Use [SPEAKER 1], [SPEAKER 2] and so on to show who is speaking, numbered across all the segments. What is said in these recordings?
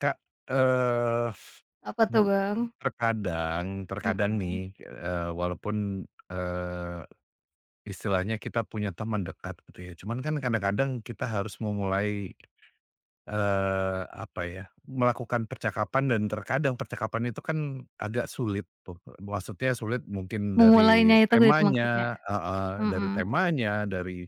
[SPEAKER 1] Kak, eee,
[SPEAKER 2] Apa tuh,
[SPEAKER 1] m
[SPEAKER 2] Bang?
[SPEAKER 1] terkadang terkadang
[SPEAKER 2] Mhm.
[SPEAKER 1] nih, walaupun, istilahnya kita punya teman dekat gitu ya, cuman kan kadang-kadang kita harus memulai, apa ya, melakukan percakapan dan terkadang percakapan itu kan agak sulit tuh, maksudnya sulit mungkin dari
[SPEAKER 2] Memulainya itu gitu maksudnya?
[SPEAKER 1] temanya heeh, dari
[SPEAKER 2] Mhm,
[SPEAKER 1] temanya,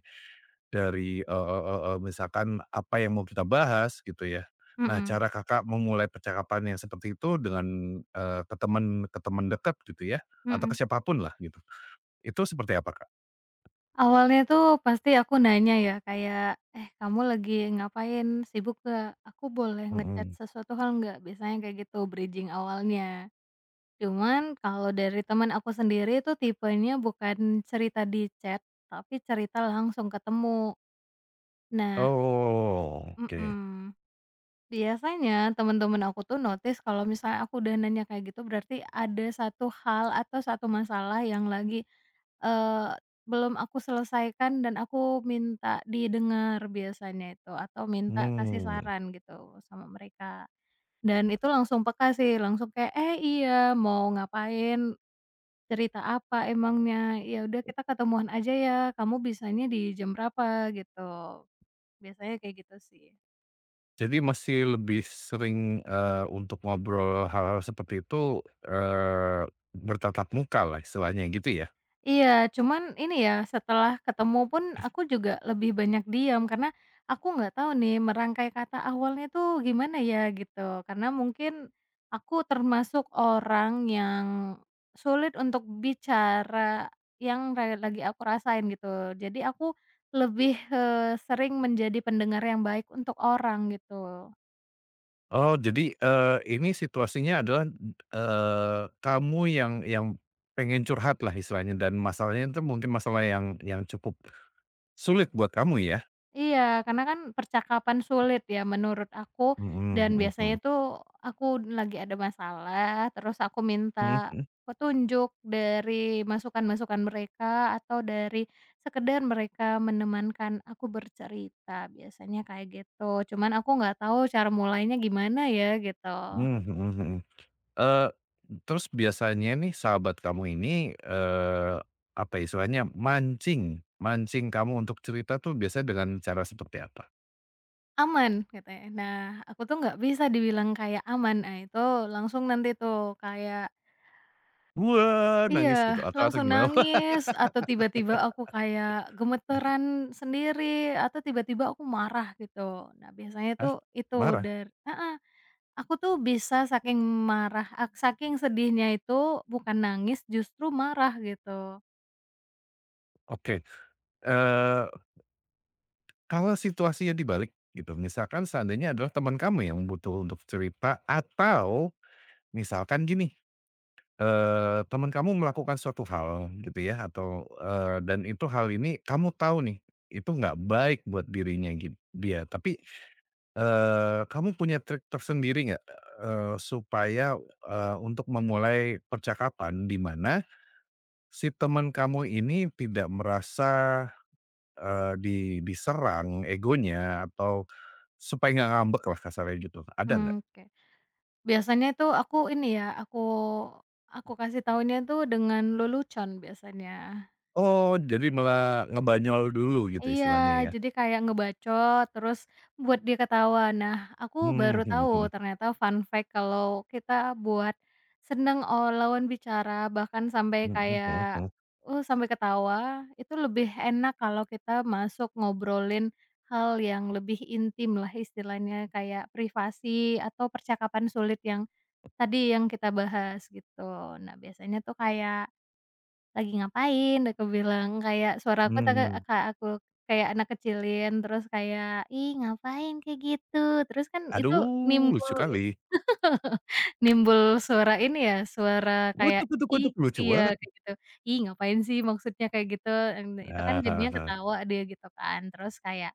[SPEAKER 1] dari, eee eee eee, misalkan apa yang mau kita bahas gitu ya. Nah
[SPEAKER 2] mhm,
[SPEAKER 1] cara Kakak memulai percakapan yang seperti itu dengan, ke teman dekat gitu ya, atau ke
[SPEAKER 2] mhm.
[SPEAKER 1] siapapun lah gitu, itu seperti apa, Kak?
[SPEAKER 2] Awalnya tuh pasti aku nanya ya kayak, "Eh, kamu lagi ngapain? Sibuk nggak? Aku boleh nge-chat
[SPEAKER 1] Mhm.
[SPEAKER 2] sesuatu hal nggak?" Biasanya kayak gitu bridging awalnya. Cuman kalau dari teman aku sendiri itu tipenya bukan cerita di chat, tapi cerita langsung ketemu. Nah.
[SPEAKER 1] Oh, oke.
[SPEAKER 2] Mhm. Biasanya temen-temen aku tuh notice kalau misalnya aku udah nanya kayak gitu berarti ada satu hal atau satu masalah yang lagi, eee, belum aku selesaikan dan aku minta didengar biasanya itu atau minta kasih
[SPEAKER 1] Hmm.
[SPEAKER 2] saran gitu sama mereka. Dan itu langsung peka sih, langsung kayak, "Eh, iya, mau ngapain? Cerita apa emangnya? Ya udah kita ketemuan aja ya, kamu bisanya di jam berapa?" Gitu. Biasanya kayak gitu sih.
[SPEAKER 1] Jadi masih lebih sering, untuk ngobrol hal-hal seperti itu, eee, bertatap muka lah istilahnya gitu ya?
[SPEAKER 2] Iya, cuman ini ya, setelah ketemu pun aku juga lebih banyak diam, karena aku nggak tahu nih merangkai kata awalnya tuh gimana ya gitu. Karena mungkin aku termasuk orang yang sulit untuk bicara yang lagi aku rasain gitu. Jadi aku lebih sering menjadi pendengar yang baik untuk orang gitu.
[SPEAKER 1] Oh, jadi, ini situasinya adalah, kamu yang pengen curhat lah istilahnya dan masalahnya itu mungkin masalah yang cukup sulit buat kamu ya?
[SPEAKER 2] Iya, karena kan percakapan sulit ya menurut aku,
[SPEAKER 1] Mhm
[SPEAKER 2] dan
[SPEAKER 1] mhm
[SPEAKER 2] biasanya
[SPEAKER 1] mhm.
[SPEAKER 2] tuh aku lagi ada masalah, terus aku
[SPEAKER 1] Mhm
[SPEAKER 2] minta
[SPEAKER 1] mhm.
[SPEAKER 2] petunjuk dari masukan-masukan mereka atau dari sekedar mereka menemankan aku bercerita, biasanya kayak gitu. Cuman aku nggak tahu cara mulainya gimana ya gitu.
[SPEAKER 1] Mmm, mhm mhm. Eee, Terus biasanya nih sahabat kamu ini, apa istilahnya, mancing mancing kamu untuk cerita tuh biasanya dengan cara seperti apa?
[SPEAKER 2] Aman katanya. Nah, aku tuh nggak bisa dibilang kayak aman, nah itu langsung nanti tuh kayak.
[SPEAKER 1] "Wah!"
[SPEAKER 2] Iya,
[SPEAKER 1] nangis gitu atau
[SPEAKER 2] langsung
[SPEAKER 1] gimana?
[SPEAKER 2] nangis atau tiba-tiba aku kayak gemeteran sendiri atau tiba-tiba aku marah gitu. Nah, biasanya
[SPEAKER 1] Hah?
[SPEAKER 2] tuh itu
[SPEAKER 1] Marah?
[SPEAKER 2] dari, heeh, aku tuh bisa saking marah saking sedihnya itu bukan nangis justru marah gitu.
[SPEAKER 1] Oke, eee kalau situasinya dibalik gitu, misalkan seandainya adalah teman kamu yang butuh untuk cerita atau misalkan gini, teman kamu melakukan suatu hal gitu ya atau, dan itu hal ini kamu tahu nih, itu nggak baik buat dirinya gitu dia tapi, kamu punya trik tersendiri nggak, supaya, untuk memulai percakapan di mana si teman kamu ini tidak merasa, eee, di diserang egonya atau supaya nggak ngambek lah kasarnya gitu, ada nggak?
[SPEAKER 2] Mmm, oke. Biasanya itu aku ini ya, aku kasih tahunya tuh dengan lelucon biasanya.
[SPEAKER 1] Oh, jadi malah ngebanyol dulu gitu
[SPEAKER 2] Iya,
[SPEAKER 1] istilahnya ya?
[SPEAKER 2] jadi kayak ngebacot, terus buat dia ketawa. Nah, aku
[SPEAKER 1] Mmm,
[SPEAKER 2] baru
[SPEAKER 1] mhm mhm,
[SPEAKER 2] tahu ternyata fun fact kalau kita buat seneng o lawan bicara, bahkan sampai
[SPEAKER 1] mhm, mhm
[SPEAKER 2] kayak,
[SPEAKER 1] mhm,
[SPEAKER 2] sampai ketawa, itu lebih enak kalau kita masuk ngobrolin hal yang lebih intim lah istilahnya, kayak privasi atau percakapan sulit yang tadi yang kita bahas gitu. Nah, biasanya tuh kayak, "Lagi ngapain?" Aku bilang, kayak suara aku tuh Kak
[SPEAKER 1] mmm,
[SPEAKER 2] Kak, aku kayak anak kecilin, terus kayak, "Ih, ngapain kayak gitu?" Terus kan itu
[SPEAKER 1] aduh lucu
[SPEAKER 2] nimbul
[SPEAKER 1] kali,
[SPEAKER 2] nimbul suara ini ya, suara kayak,
[SPEAKER 1] wutuk wutuk
[SPEAKER 2] "Ih,"
[SPEAKER 1] wutuk, lucu banget.
[SPEAKER 2] iya, kayak gitu, "Ih, ngapain sih?" Maksudnya kayak gitu, itu kan
[SPEAKER 1] Ah heeh
[SPEAKER 2] jadinya
[SPEAKER 1] heeh.
[SPEAKER 2] ketawa dia gitu kan, terus kayak.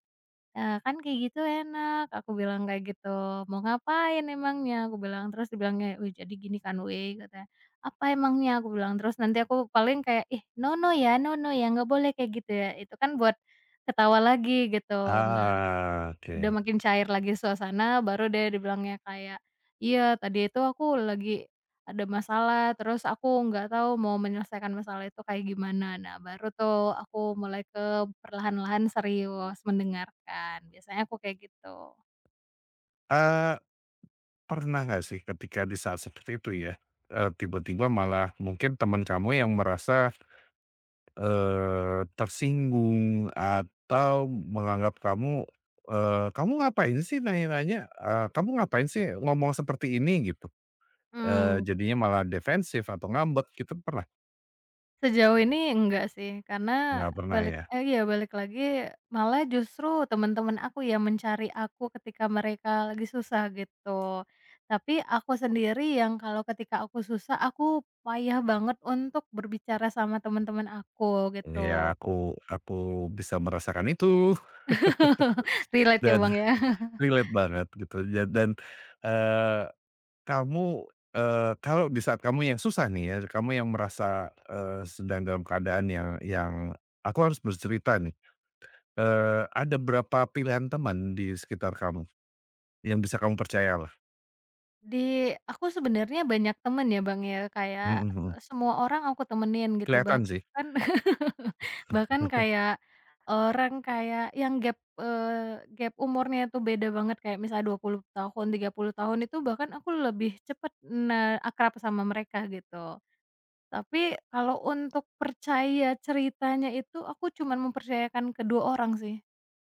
[SPEAKER 2] Nah, kan kayak gitu enak, aku bilang kayak gitu, "Mau ngapain emangnya?" Aku bilang, terus dibilangnya, "Wih, jadi gini kan, weh," katanya. "Apa emangnya?" Aku bilang, terus nanti aku paling kayak, "Ih, no no ya no no ya, nggak boleh kayak gitu ya." Itu kan buat ketawa lagi gitu.
[SPEAKER 1] Ah,
[SPEAKER 2] Udah
[SPEAKER 1] oke.
[SPEAKER 2] makin cair lagi suasana, baru deh dibilangnya kayak, "Iya, tadi itu aku lagi ada masalah, terus aku nggak tahu mau menyelesaikan masalah itu kayak gimana." Nah, baru tuh aku mulai ke perlahan-lahan serius mendengarkan, biasanya aku kayak gitu.
[SPEAKER 1] Eee, Pernah nggak sih ketika di saat seperti itu ya, tiba-tiba malah mungkin teman kamu yang merasa tersinggung atau menganggap kamu, "Kamu ngapain sih nanya-nanya?" "Kamu ngapain sih ngomong seperti ini?" Gitu.
[SPEAKER 2] Mhm.
[SPEAKER 1] Jadinya malah defensif atau ngambek gitu pernah?
[SPEAKER 2] Sejauh ini enggak sih, karena
[SPEAKER 1] Nggak pernah
[SPEAKER 2] balik
[SPEAKER 1] ya?
[SPEAKER 2] iya balik lagi, malah justru teman-teman aku yang mencari aku ketika mereka lagi susah gitu. Tapi aku sendiri yang kalau ketika aku susah, aku payah banget untuk berbicara sama teman-teman aku
[SPEAKER 1] Iya,
[SPEAKER 2] gitu.
[SPEAKER 1] aku bisa merasakan itu
[SPEAKER 2] Relate ya,
[SPEAKER 1] dan
[SPEAKER 2] Bang, ya.
[SPEAKER 1] relate banget gitu ja dan, eee, kamu, kalau di saat kamu yang susah nih ya, kamu yang merasa, sedang dalam keadaan yang, "Aku harus bercerita nih." Ada berapa pilihan teman di sekitar kamu, yang bisa kamu percayalah?
[SPEAKER 2] Di aku sebenarnya banyak temen ya, Bang, ya,
[SPEAKER 1] Mhm
[SPEAKER 2] kayak,
[SPEAKER 1] mhm.
[SPEAKER 2] semua orang aku temenin gitu
[SPEAKER 1] Kelihatan sih?
[SPEAKER 2] bahkan bahkan kayak orang kayak yang gap, gap umurnya itu beda banget kayak misalnya 20 tahun, 30 tahun itu bahkan aku lebih cepet, akrab sama mereka gitu. Tapi kalau untuk percaya ceritanya itu aku cuman mempercayakan ke 2 orang sih,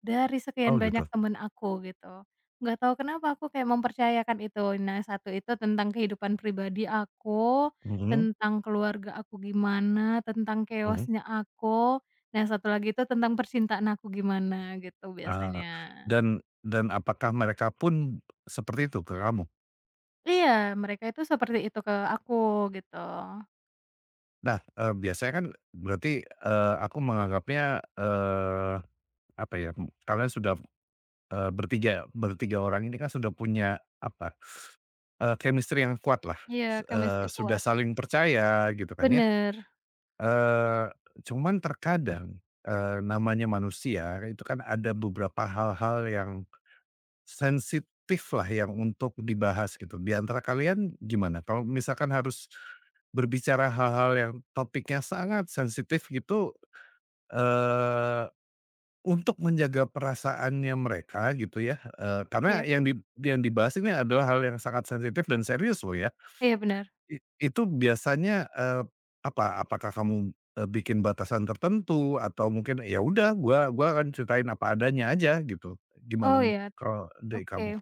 [SPEAKER 2] dari
[SPEAKER 1] Oh
[SPEAKER 2] sekian banyak
[SPEAKER 1] gitu?
[SPEAKER 2] temen aku gitu. Nggak tahu kenapa aku kayak mempercayakan itu. Nah, satu itu tentang kehidupan pribadi aku,
[SPEAKER 1] Mhm
[SPEAKER 2] tentang keluarga aku gimana, tentang chaos
[SPEAKER 1] mhm.
[SPEAKER 2] aku. Nah, satu lagi itu tentang percintaan aku gimana gitu
[SPEAKER 1] Ah,
[SPEAKER 2] biasanya.
[SPEAKER 1] dan dan apakah mereka pun seperti itu ke kamu?
[SPEAKER 2] Iya, mereka itu seperti itu ke aku gitu.
[SPEAKER 1] Nah, biasanya kan berarti, aku menganggapnya, apa ya, kalian sudah, bertiga bertiga orang ini kan sudah punya apa, chemistry yang kuatlah,
[SPEAKER 2] Iya, chemistry
[SPEAKER 1] sudah
[SPEAKER 2] kuat.
[SPEAKER 1] saling percaya gitu kan ya?
[SPEAKER 2] Bener.
[SPEAKER 1] Eee, Cuman terkadang, namanya manusia itu kan ada beberapa hal-hal yang sensitif lah yang untuk dibahas gitu. Di antara kalian gimana? Kalau misalkan harus berbicara hal-hal yang topiknya sangat sensitif gitu, eee, untuk menjaga perasaannya mereka gitu ya, karena
[SPEAKER 2] Iya.
[SPEAKER 1] yang dibahas ini adalah hal yang sangat sensitif dan serius loh ya.
[SPEAKER 2] Iya, bener.
[SPEAKER 1] Itu biasanya, apa, apakah kamu, bikin batasan tertentu atau mungkin, ya udah gua akan ceritain apa adanya aja gitu? Gimana
[SPEAKER 2] Oh,
[SPEAKER 1] mu
[SPEAKER 2] iya.
[SPEAKER 1] Kalau dari kamu?
[SPEAKER 2] Oke.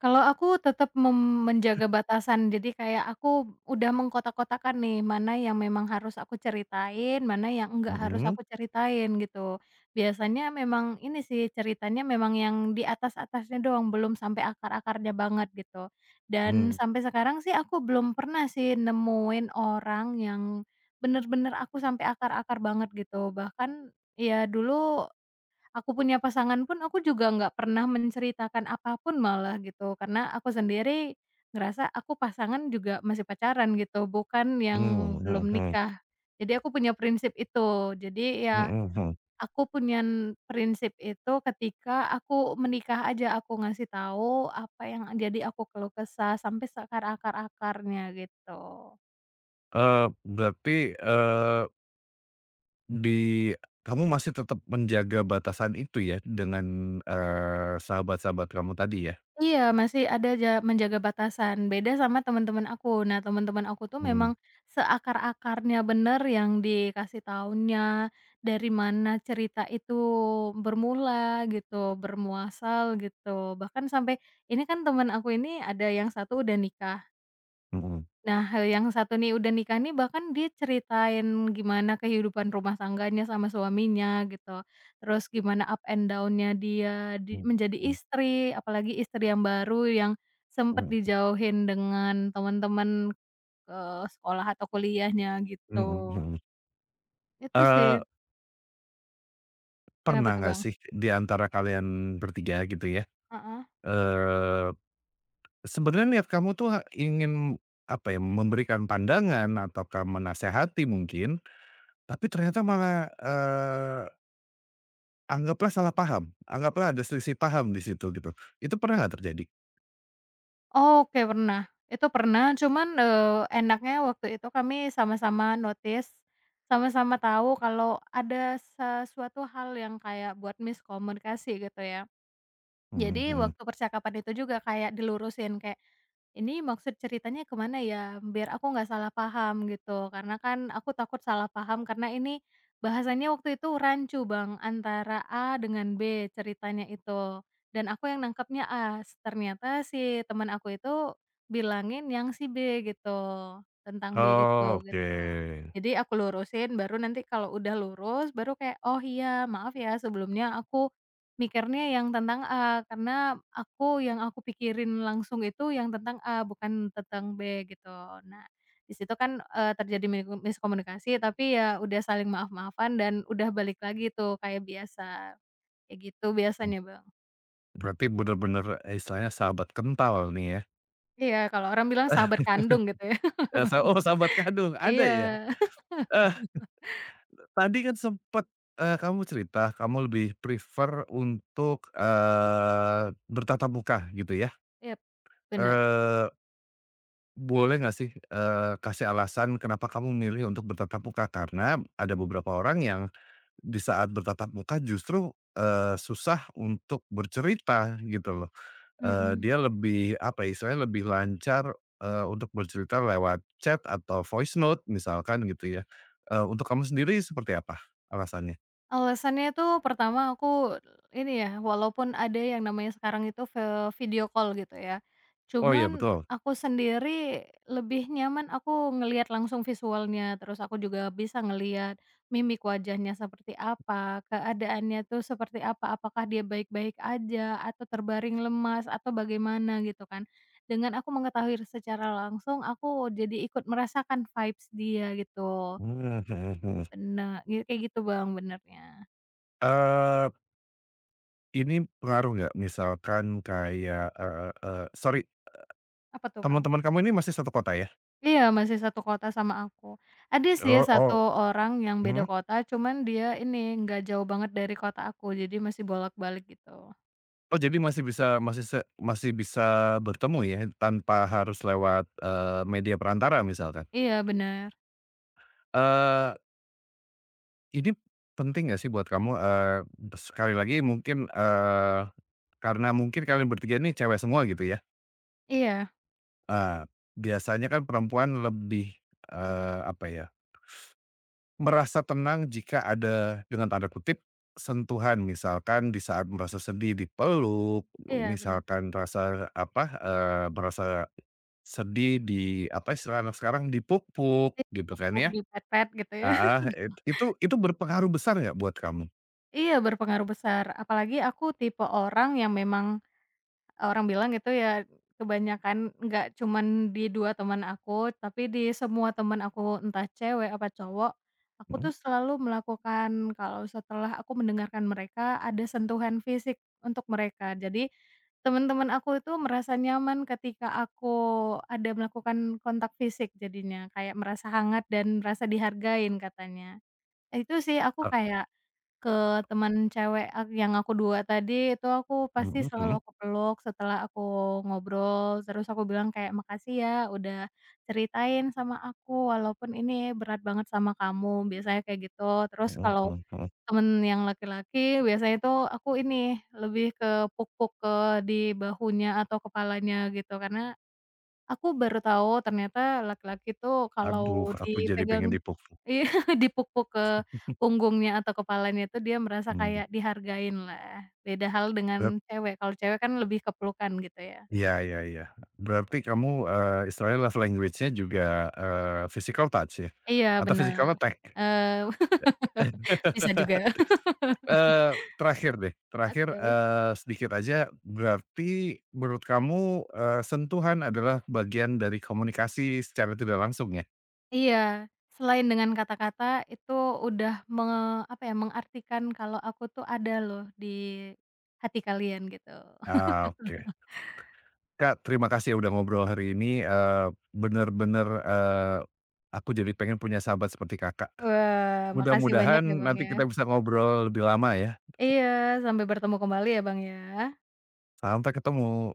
[SPEAKER 2] Kalau aku tetap menjaga batasan, jadi kayak aku udah mengkotak-kotakan nih, mana yang memang harus aku ceritain, mana yang enggak harus
[SPEAKER 1] Mhm,
[SPEAKER 2] aku ceritain gitu. Biasanya memang ini sih, ceritanya memang yang di atas-atasnya doang, belum sampai akar-akarnya banget gitu. Dan
[SPEAKER 1] mmm,
[SPEAKER 2] sampai sekarang sih aku belum pernah sih nemuin orang yang bener-bener aku sampai akar-akar banget gitu. Bahkan ya dulu aku punya pasangan pun aku juga nggak pernah menceritakan apapun malah gitu, karena aku sendiri ngerasa aku pasangan juga masih pacaran gitu, bukan yang
[SPEAKER 1] mmm, mhm
[SPEAKER 2] belum
[SPEAKER 1] mhm,
[SPEAKER 2] nikah. Jadi aku punya prinsip itu. Jadi ya
[SPEAKER 1] mhm mhm.
[SPEAKER 2] aku punya prinsip itu ketika aku menikah aja aku ngasih tahu apa yang jadi aku keluh kesah sampai seakar-akar-akarnya gitu.
[SPEAKER 1] Eee, Berarti, eee, di kamu masih tetap menjaga batasan itu ya dengan, sahabat-sahabat kamu tadi ya?
[SPEAKER 2] Iya, masih ada ja menjaga batasan, beda sama teman-teman aku. Nah, teman-teman aku tuh
[SPEAKER 1] Mmm,
[SPEAKER 2] memang seakar-akarnya bener yang dikasih tahunya, dari mana cerita itu bermula gitu, bermuasal gitu. Bahkan sampai ini kan teman aku ini ada yang satu udah nikah.
[SPEAKER 1] mhm,
[SPEAKER 2] Nah, yang satu nih udah nikah nih bahkan dia ceritain gimana kehidupan rumah tangganya sama suaminya gitu, terus gimana up and down-nya dia di
[SPEAKER 1] mhm,
[SPEAKER 2] menjadi
[SPEAKER 1] mhm,
[SPEAKER 2] istri, apalagi istri yang baru yang sempet
[SPEAKER 1] mhm,
[SPEAKER 2] dijauhin dengan teman-teman, sekolah atau kuliahnya
[SPEAKER 1] mhm
[SPEAKER 2] gitu.
[SPEAKER 1] mhm.
[SPEAKER 2] Itu sih.
[SPEAKER 1] Eee
[SPEAKER 2] Kenapa
[SPEAKER 1] Pernah
[SPEAKER 2] tuh,
[SPEAKER 1] nggak
[SPEAKER 2] Bang?
[SPEAKER 1] sih di antara kalian bertiga gitu ya,
[SPEAKER 2] Heeh.
[SPEAKER 1] eee, sebenarnya niat kamu tuh ingin, apa ya, memberikan pandangan ataukah menasehati mungkin, tapi ternyata malah, anggaplah salah paham, anggaplah ada selisih paham di situ gitu. Itu pernah nggak terjadi?
[SPEAKER 2] Oke, pernah, itu pernah cuman, enaknya waktu itu kami sama-sama notice, sama-sama tahu kalau ada sesuatu hal yang kayak buat miskomunikasi gitu ya.
[SPEAKER 1] Mhm
[SPEAKER 2] Jadi
[SPEAKER 1] mhm.
[SPEAKER 2] waktu percakapan itu juga kayak dilurusin kayak, "Ini maksud ceritanya kemana ya?" Biar aku nggak salah paham gitu, karena kan aku takut salah paham karena ini bahasanya waktu itu rancu, Bang, antara A dengan B ceritanya itu, dan aku yang nangkepnya A, ternyata si teman aku itu bilangin yang si B gitu, tentang B itu,
[SPEAKER 1] Oke,
[SPEAKER 2] gitu. Jadi aku lurusin baru nanti kalau udah lurus baru kayak, "Oh iya maaf ya sebelumnya aku." Mikirnya yang tentang A, karena aku yang aku pikirin langsung itu yang tentang A, bukan tentang B gitu. Nah, di situ kan, terjadi miskomunikasi tapi ya udah saling maaf-maafan dan udah balik lagi tuh kayak biasa, kayak gitu biasanya, Bang.
[SPEAKER 1] berarti bener-bener, eh, istilahnya sahabat kental nih ya?
[SPEAKER 2] Iya, kalau orang bilang sahabat kandung gitu ya.
[SPEAKER 1] Eee, sa Oh sahabat kandung, ada ya?
[SPEAKER 2] Iya,
[SPEAKER 1] Tadi kan sempet, kamu cerita kamu lebih prefer untuk, bertatap muka gitu ya,
[SPEAKER 2] iya, bener,
[SPEAKER 1] eee, boleh nggak sih, kasih alasan kenapa kamu memilih untuk bertatap muka? Karena ada beberapa orang yang di saat bertatap muka justru, susah untuk bercerita gitu loh,
[SPEAKER 2] mhm.
[SPEAKER 1] dia lebih apa ya, istilahnya lebih lancar, untuk bercerita lewat chat atau voice note misalkan gitu ya, untuk kamu sendiri seperti apa alasannya?
[SPEAKER 2] Alasannya tuh pertama aku ini ya, walaupun ada yang namanya sekarang itu video call gitu ya,
[SPEAKER 1] Oh ya
[SPEAKER 2] cuman
[SPEAKER 1] betul.
[SPEAKER 2] aku sendiri lebih nyaman aku ngelihat langsung visualnya, terus aku juga bisa ngelihat mimik wajahnya seperti apa, keadaannya tuh seperti apa, apakah dia baik-baik aja atau terbaring lemas atau bagaimana gitu kan. Dengan aku mengetahui secara langsung, aku jadi ikut merasakan vibes dia gitu.
[SPEAKER 1] Mmm, mhm mhm.
[SPEAKER 2] Bener, kayak gitu Bang, benernya.
[SPEAKER 1] Eee, ini pengaruh nggak misalkan kayak, eee eee, sorry,
[SPEAKER 2] Apa tuh, Bang?
[SPEAKER 1] teman-teman kamu ini masih satu kota ya?
[SPEAKER 2] Iya, masih satu kota sama aku. Ada sih
[SPEAKER 1] Oh
[SPEAKER 2] satu
[SPEAKER 1] oh,
[SPEAKER 2] orang yang beda
[SPEAKER 1] mhm?
[SPEAKER 2] kota, cuman dia ini, nggak jauh banget dari kota aku, jadi masih bolak-balik gitu.
[SPEAKER 1] Oh jadi masih bisa masih bisa bertemu ya tanpa harus lewat, media perantara misalkan?
[SPEAKER 2] Iya, bener.
[SPEAKER 1] Eee, ini penting nggak sih buat kamu, sekali lagi mungkin, karena mungkin kalian bertiga ini cewek semua gitu ya?
[SPEAKER 2] Iya,
[SPEAKER 1] Eee, Biasanya kan perempuan lebih, apa ya, merasa tenang jika ada dengan tanda kutip, sentuhan misalkan di saat merasa sedih dipeluk,
[SPEAKER 2] iya, bener.
[SPEAKER 1] misalkan rasa apa, merasa sedih di apa istilah anak sekarang dipuk-puk
[SPEAKER 2] Iya,
[SPEAKER 1] gitu kan
[SPEAKER 2] cukup
[SPEAKER 1] ya.
[SPEAKER 2] di pet-pet gitu ya.
[SPEAKER 1] Heeh, it itu berpengaruh besar nggak buat kamu?
[SPEAKER 2] Iya, berpengaruh besar. Apalagi aku tipe orang yang memang. Orang bilang itu ya kebanyakan nggak cuman di 2 teman aku, tapi di semua teman aku entah cewek apa cowok, aku tuh
[SPEAKER 1] Mhm,
[SPEAKER 2] selalu melakukan kalau setelah aku mendengarkan mereka ada sentuhan fisik untuk mereka. Jadi teman-teman aku itu merasa nyaman ketika aku ada melakukan kontak fisik jadinya, kayak merasa hangat dan merasa dihargain katanya. Eh, itu sih aku
[SPEAKER 1] e
[SPEAKER 2] kayak ke teman cewek yang aku 2 tadi, itu aku pasti
[SPEAKER 1] mhm
[SPEAKER 2] selalu
[SPEAKER 1] mhm
[SPEAKER 2] aku peluk setelah aku ngobrol, terus aku bilang kayak, "Makasih ya udah ceritain sama aku, walaupun ini berat banget sama kamu." Biasanya kayak gitu. Terus
[SPEAKER 1] mhm
[SPEAKER 2] kalau
[SPEAKER 1] mhm mhm.
[SPEAKER 2] temen yang laki-laki, biasanya itu aku ini, lebih ke puk-puk di bahunya atau kepalanya gitu, karena aku baru tahu ternyata laki-laki tuh
[SPEAKER 1] Aduh
[SPEAKER 2] kalau
[SPEAKER 1] aku jadi
[SPEAKER 2] dipegang,
[SPEAKER 1] pengen dipuk-puk,
[SPEAKER 2] iya, dipuk-puk ke punggungnya atau kepalanya itu dia merasa
[SPEAKER 1] mmm,
[SPEAKER 2] kayak dihargain lah. Beda hal dengan
[SPEAKER 1] berat
[SPEAKER 2] cewek, kalau cewek kan lebih ke gitu ya.
[SPEAKER 1] iya iya iya. Berarti kamu, istilahnya love language-nya juga, physical touch ya?
[SPEAKER 2] Iya,
[SPEAKER 1] Atau physical
[SPEAKER 2] benar.
[SPEAKER 1] attack?
[SPEAKER 2] eee, bisa juga.
[SPEAKER 1] Terakhir deh, terakhir,
[SPEAKER 2] Oke.
[SPEAKER 1] sedikit aja, berarti menurut kamu, sentuhan adalah bagian dari komunikasi secara tidak langsung ya?
[SPEAKER 2] Iya, selain dengan kata-kata itu udah mengartikan kalau aku tuh ada loh di hati kalian gitu.
[SPEAKER 1] Ah, oke. Kak, terima kasih ya udah ngobrol hari ini, bener-bener, aku jadi pengen punya sahabat seperti Kakak.
[SPEAKER 2] Wah, makasih
[SPEAKER 1] Mudah-mudahan
[SPEAKER 2] banyak ya Bang
[SPEAKER 1] nanti
[SPEAKER 2] ya.
[SPEAKER 1] kita bisa ngobrol lebih lama ya. Sa
[SPEAKER 2] Iya, sampai bertemu kembali ya, Bang, ya.
[SPEAKER 1] Sampai ketemu.